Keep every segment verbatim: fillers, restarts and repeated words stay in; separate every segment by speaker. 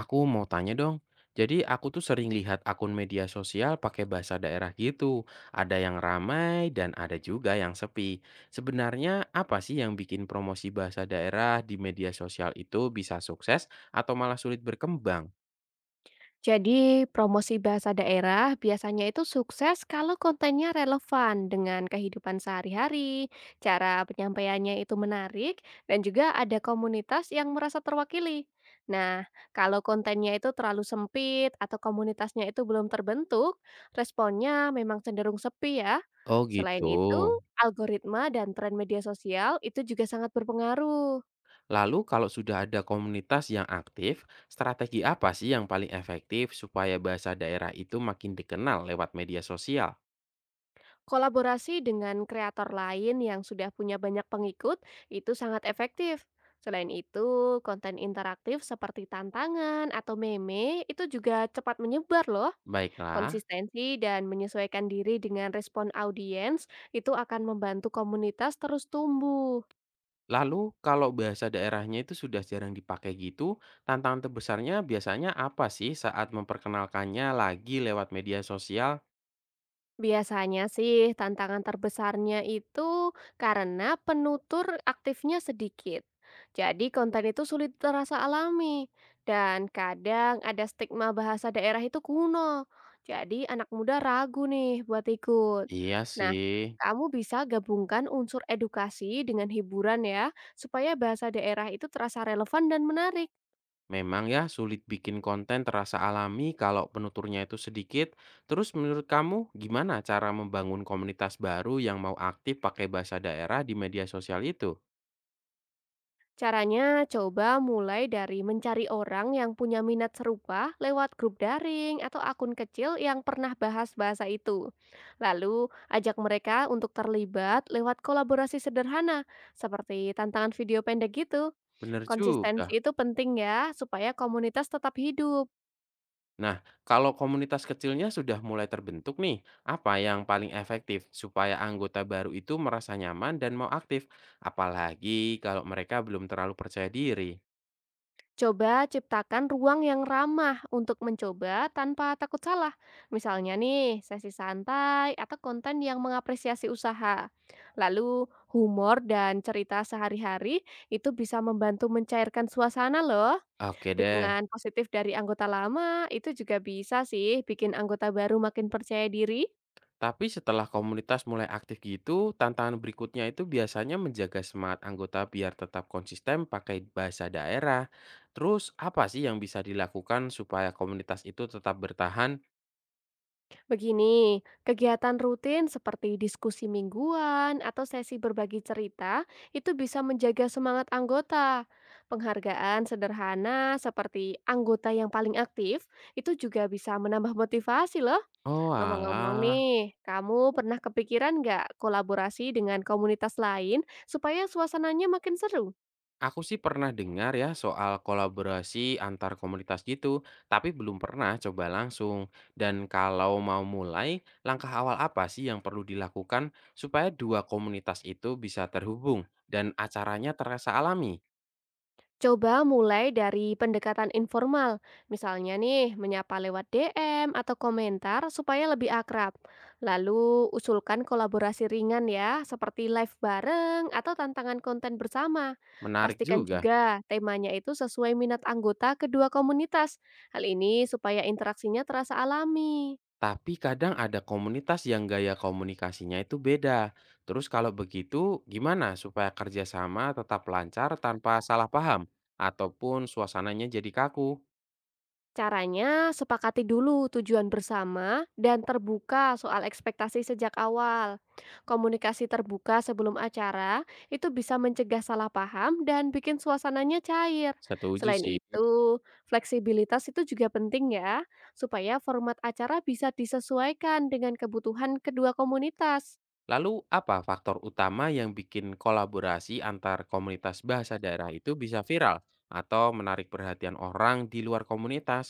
Speaker 1: Aku mau tanya dong. Jadi aku tuh sering lihat akun media sosial pakai bahasa daerah gitu. Ada yang ramai dan ada juga yang sepi. Sebenarnya apa sih yang bikin promosi bahasa daerah di media sosial itu bisa sukses atau malah sulit berkembang?
Speaker 2: Jadi, promosi bahasa daerah biasanya itu sukses kalau kontennya relevan dengan kehidupan sehari-hari, cara penyampaiannya itu menarik, dan juga ada komunitas yang merasa terwakili. Nah, kalau kontennya itu terlalu sempit atau komunitasnya itu belum terbentuk, responnya memang cenderung sepi ya.
Speaker 1: Oh
Speaker 2: Selain
Speaker 1: gitu.
Speaker 2: itu, algoritma dan tren media sosial itu juga sangat berpengaruh.
Speaker 1: Lalu kalau sudah ada komunitas yang aktif, strategi apa sih yang paling efektif supaya bahasa daerah itu makin dikenal lewat media sosial?
Speaker 2: Kolaborasi dengan kreator lain yang sudah punya banyak pengikut itu sangat efektif. Selain itu, konten interaktif seperti tantangan atau meme itu juga cepat menyebar loh.
Speaker 1: Baiklah.
Speaker 2: Konsistensi dan menyesuaikan diri dengan respon audiens itu akan membantu komunitas terus tumbuh.
Speaker 1: Lalu kalau bahasa daerahnya itu sudah jarang dipakai gitu, tantangan terbesarnya biasanya apa sih saat memperkenalkannya lagi lewat media sosial?
Speaker 2: Biasanya sih tantangan terbesarnya itu karena penutur aktifnya sedikit. Jadi konten itu sulit terasa alami dan kadang ada stigma bahasa daerah itu kuno. Jadi anak muda ragu nih buat ikut.
Speaker 1: Iya
Speaker 2: Nah,
Speaker 1: sih,
Speaker 2: kamu bisa gabungkan unsur edukasi dengan hiburan ya, supaya bahasa daerah itu terasa relevan dan menarik.
Speaker 1: memang ya sulit bikin konten terasa alami kalau penuturnya itu sedikit. Terus menurut kamu gimana cara membangun komunitas baru yang mau aktif pakai bahasa daerah di media sosial itu?
Speaker 2: Caranya, coba mulai dari mencari orang yang punya minat serupa lewat grup daring atau akun kecil yang pernah bahas bahasa itu. Lalu, ajak mereka untuk terlibat lewat kolaborasi sederhana, seperti tantangan video pendek gitu.
Speaker 1: Bener juga.
Speaker 2: Konsistensi itu penting ya, supaya komunitas tetap hidup.
Speaker 1: Nah, kalau komunitas kecilnya sudah mulai terbentuk nih, apa yang paling efektif supaya anggota baru itu merasa nyaman dan mau aktif? Apalagi kalau mereka belum terlalu percaya diri.
Speaker 2: Coba ciptakan ruang yang ramah untuk mencoba tanpa takut salah. Misalnya nih, sesi santai atau konten yang mengapresiasi usaha. Lalu, humor dan cerita sehari-hari itu bisa membantu mencairkan suasana loh.
Speaker 1: Oke deh,
Speaker 2: Dukungan positif dari anggota lama itu juga bisa sih bikin anggota baru makin percaya diri.
Speaker 1: tapi setelah komunitas mulai aktif gitu, tantangan berikutnya itu biasanya menjaga semangat anggota biar tetap konsisten pakai bahasa daerah. Terus, apa sih yang bisa dilakukan supaya komunitas itu tetap bertahan?
Speaker 2: Begini, kegiatan rutin seperti diskusi mingguan atau sesi berbagi cerita itu bisa menjaga semangat anggota. Penghargaan sederhana seperti anggota yang paling aktif itu juga bisa menambah motivasi loh.
Speaker 1: Oh
Speaker 2: Ngomong-ngomong
Speaker 1: alah.
Speaker 2: nih, kamu pernah kepikiran nggak kolaborasi dengan komunitas lain supaya suasananya makin seru?
Speaker 1: Aku sih pernah dengar ya soal kolaborasi antar komunitas gitu, tapi belum pernah coba langsung. Dan kalau mau mulai, langkah awal apa sih yang perlu dilakukan supaya dua komunitas itu bisa terhubung dan acaranya terasa alami?
Speaker 2: Coba mulai dari pendekatan informal, misalnya nih menyapa lewat D M atau komentar supaya lebih akrab. Lalu usulkan kolaborasi ringan ya, seperti live bareng atau tantangan konten bersama.
Speaker 1: Menarik
Speaker 2: Pastikan
Speaker 1: juga.
Speaker 2: juga temanya itu sesuai minat anggota kedua komunitas. Hal ini supaya interaksinya terasa alami.
Speaker 1: Tapi kadang ada komunitas yang gaya komunikasinya itu beda. Terus kalau begitu, gimana supaya kerjasama tetap lancar tanpa salah paham? Ataupun suasananya jadi kaku?
Speaker 2: Caranya, sepakati dulu tujuan bersama dan terbuka soal ekspektasi sejak awal. Komunikasi terbuka sebelum acara itu bisa mencegah salah paham dan bikin suasananya cair.
Speaker 1: Setuju
Speaker 2: Selain
Speaker 1: sih.
Speaker 2: itu, fleksibilitas itu juga penting ya, supaya format acara bisa disesuaikan dengan kebutuhan kedua komunitas.
Speaker 1: Lalu apa faktor utama yang bikin kolaborasi antar komunitas bahasa daerah itu bisa viral atau menarik perhatian orang di luar komunitas?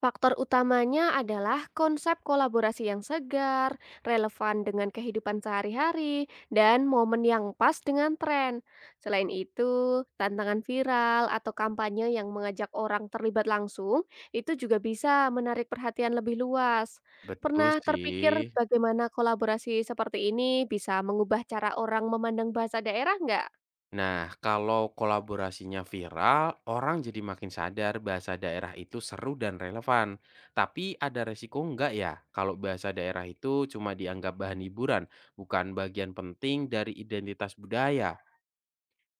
Speaker 2: Faktor utamanya adalah konsep kolaborasi yang segar, relevan dengan kehidupan sehari-hari, dan momen yang pas dengan tren. Selain itu, tantangan viral atau kampanye yang mengajak orang terlibat langsung itu juga bisa menarik perhatian lebih luas.
Speaker 1: Betul
Speaker 2: Pernah
Speaker 1: sih.
Speaker 2: terpikir bagaimana kolaborasi seperti ini bisa mengubah cara orang memandang bahasa daerah nggak?
Speaker 1: Nah, kalau kolaborasinya viral, orang jadi makin sadar bahasa daerah itu seru dan relevan. Tapi ada resiko nggak ya kalau bahasa daerah itu cuma dianggap bahan hiburan, bukan bagian penting dari identitas budaya?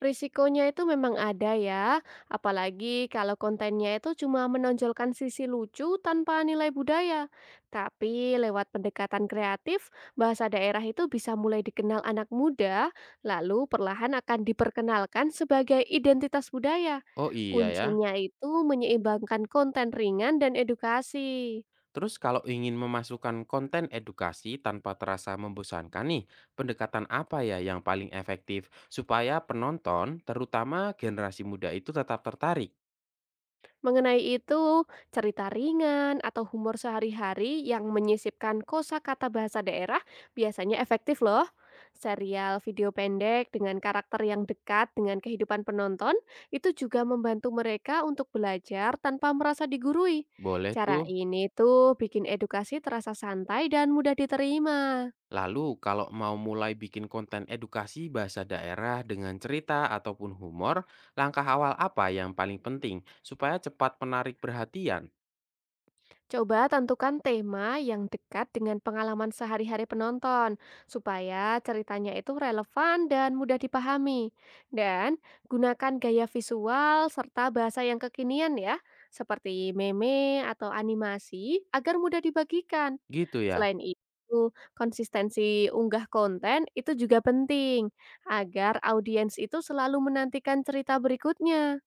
Speaker 2: Risikonya itu memang ada ya, apalagi kalau kontennya itu cuma menonjolkan sisi lucu tanpa nilai budaya. Tapi lewat pendekatan kreatif, bahasa daerah itu bisa mulai dikenal anak muda, lalu perlahan akan diperkenalkan sebagai identitas budaya.
Speaker 1: Oh iya ya.
Speaker 2: Kuncinya itu menyeimbangkan konten ringan dan edukasi.
Speaker 1: Terus kalau ingin memasukkan konten edukasi tanpa terasa membosankan nih, pendekatan apa ya yang paling efektif supaya penonton, terutama generasi muda itu tetap tertarik?
Speaker 2: Mengenai itu, cerita ringan atau humor sehari-hari yang menyisipkan kosakata bahasa daerah biasanya efektif loh. Serial video pendek dengan karakter yang dekat dengan kehidupan penonton itu juga membantu mereka untuk belajar tanpa merasa digurui.
Speaker 1: Boleh
Speaker 2: Cara
Speaker 1: tuh.
Speaker 2: ini tuh bikin edukasi terasa santai dan mudah diterima.
Speaker 1: Lalu kalau mau mulai bikin konten edukasi bahasa daerah dengan cerita ataupun humor, langkah awal apa yang paling penting supaya cepat menarik perhatian?
Speaker 2: Coba tentukan tema yang dekat dengan pengalaman sehari-hari penonton, supaya ceritanya itu relevan dan mudah dipahami. Dan gunakan gaya visual serta bahasa yang kekinian ya, seperti meme atau animasi agar mudah dibagikan.
Speaker 1: Gitu ya.
Speaker 2: Selain itu, konsistensi unggah konten itu juga penting agar audiens itu selalu menantikan cerita berikutnya.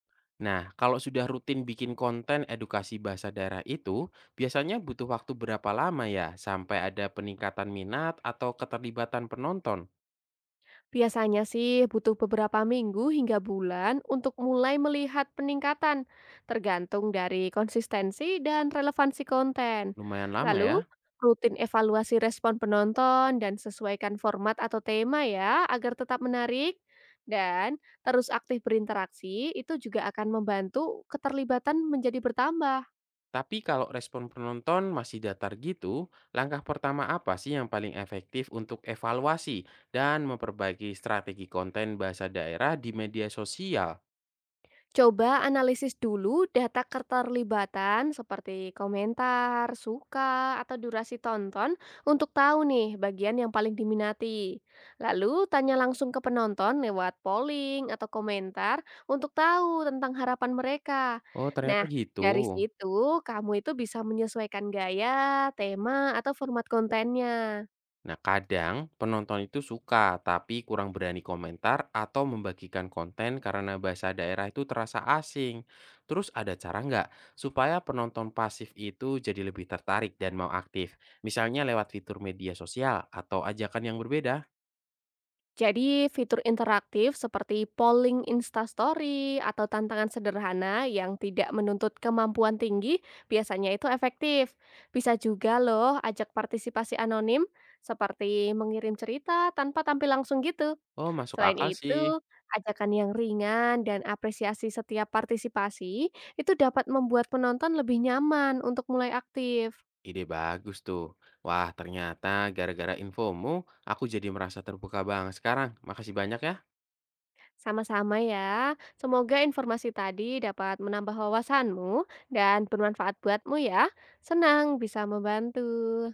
Speaker 1: Nah, kalau sudah rutin bikin konten edukasi bahasa daerah itu, biasanya butuh waktu berapa lama ya sampai ada peningkatan minat atau keterlibatan penonton?
Speaker 2: Biasanya sih butuh beberapa minggu hingga bulan untuk mulai melihat peningkatan, tergantung dari konsistensi dan relevansi konten.
Speaker 1: Lumayan lama
Speaker 2: Lalu,
Speaker 1: ya.
Speaker 2: rutin evaluasi respon penonton dan sesuaikan format atau tema ya, agar tetap menarik. Dan terus aktif berinteraksi, itu juga akan membantu keterlibatan menjadi bertambah.
Speaker 1: Tapi kalau respon penonton masih datar gitu, langkah pertama apa sih yang paling efektif untuk evaluasi dan memperbaiki strategi konten bahasa daerah di media sosial?
Speaker 2: Coba analisis dulu data keterlibatan seperti komentar, suka, atau durasi tonton untuk tahu nih bagian yang paling diminati. Lalu tanya langsung ke penonton lewat polling atau komentar untuk tahu tentang harapan mereka.
Speaker 1: Oh, ternyata
Speaker 2: Nah,
Speaker 1: gitu.
Speaker 2: dari situ kamu itu bisa menyesuaikan gaya, tema, atau format kontennya.
Speaker 1: Nah, kadang penonton itu suka, tapi kurang berani komentar atau membagikan konten karena bahasa daerah itu terasa asing. Terus ada cara nggak supaya penonton pasif itu jadi lebih tertarik dan mau aktif? Misalnya lewat fitur media sosial atau ajakan yang berbeda?
Speaker 2: Jadi fitur interaktif seperti polling Instastory atau tantangan sederhana yang tidak menuntut kemampuan tinggi biasanya itu efektif. Bisa juga loh ajak partisipasi anonim seperti mengirim cerita tanpa tampil langsung gitu.
Speaker 1: Oh, masuk
Speaker 2: Selain
Speaker 1: akal sih.
Speaker 2: itu, ajakan yang ringan dan apresiasi setiap partisipasi itu dapat membuat penonton lebih nyaman untuk mulai aktif.
Speaker 1: Ide bagus tuh. Wah, ternyata gara-gara infomu, aku jadi merasa terbuka banget sekarang. Makasih banyak ya.
Speaker 2: Sama-sama ya. Semoga informasi tadi dapat menambah wawasanmu dan bermanfaat buatmu ya. Senang bisa membantu.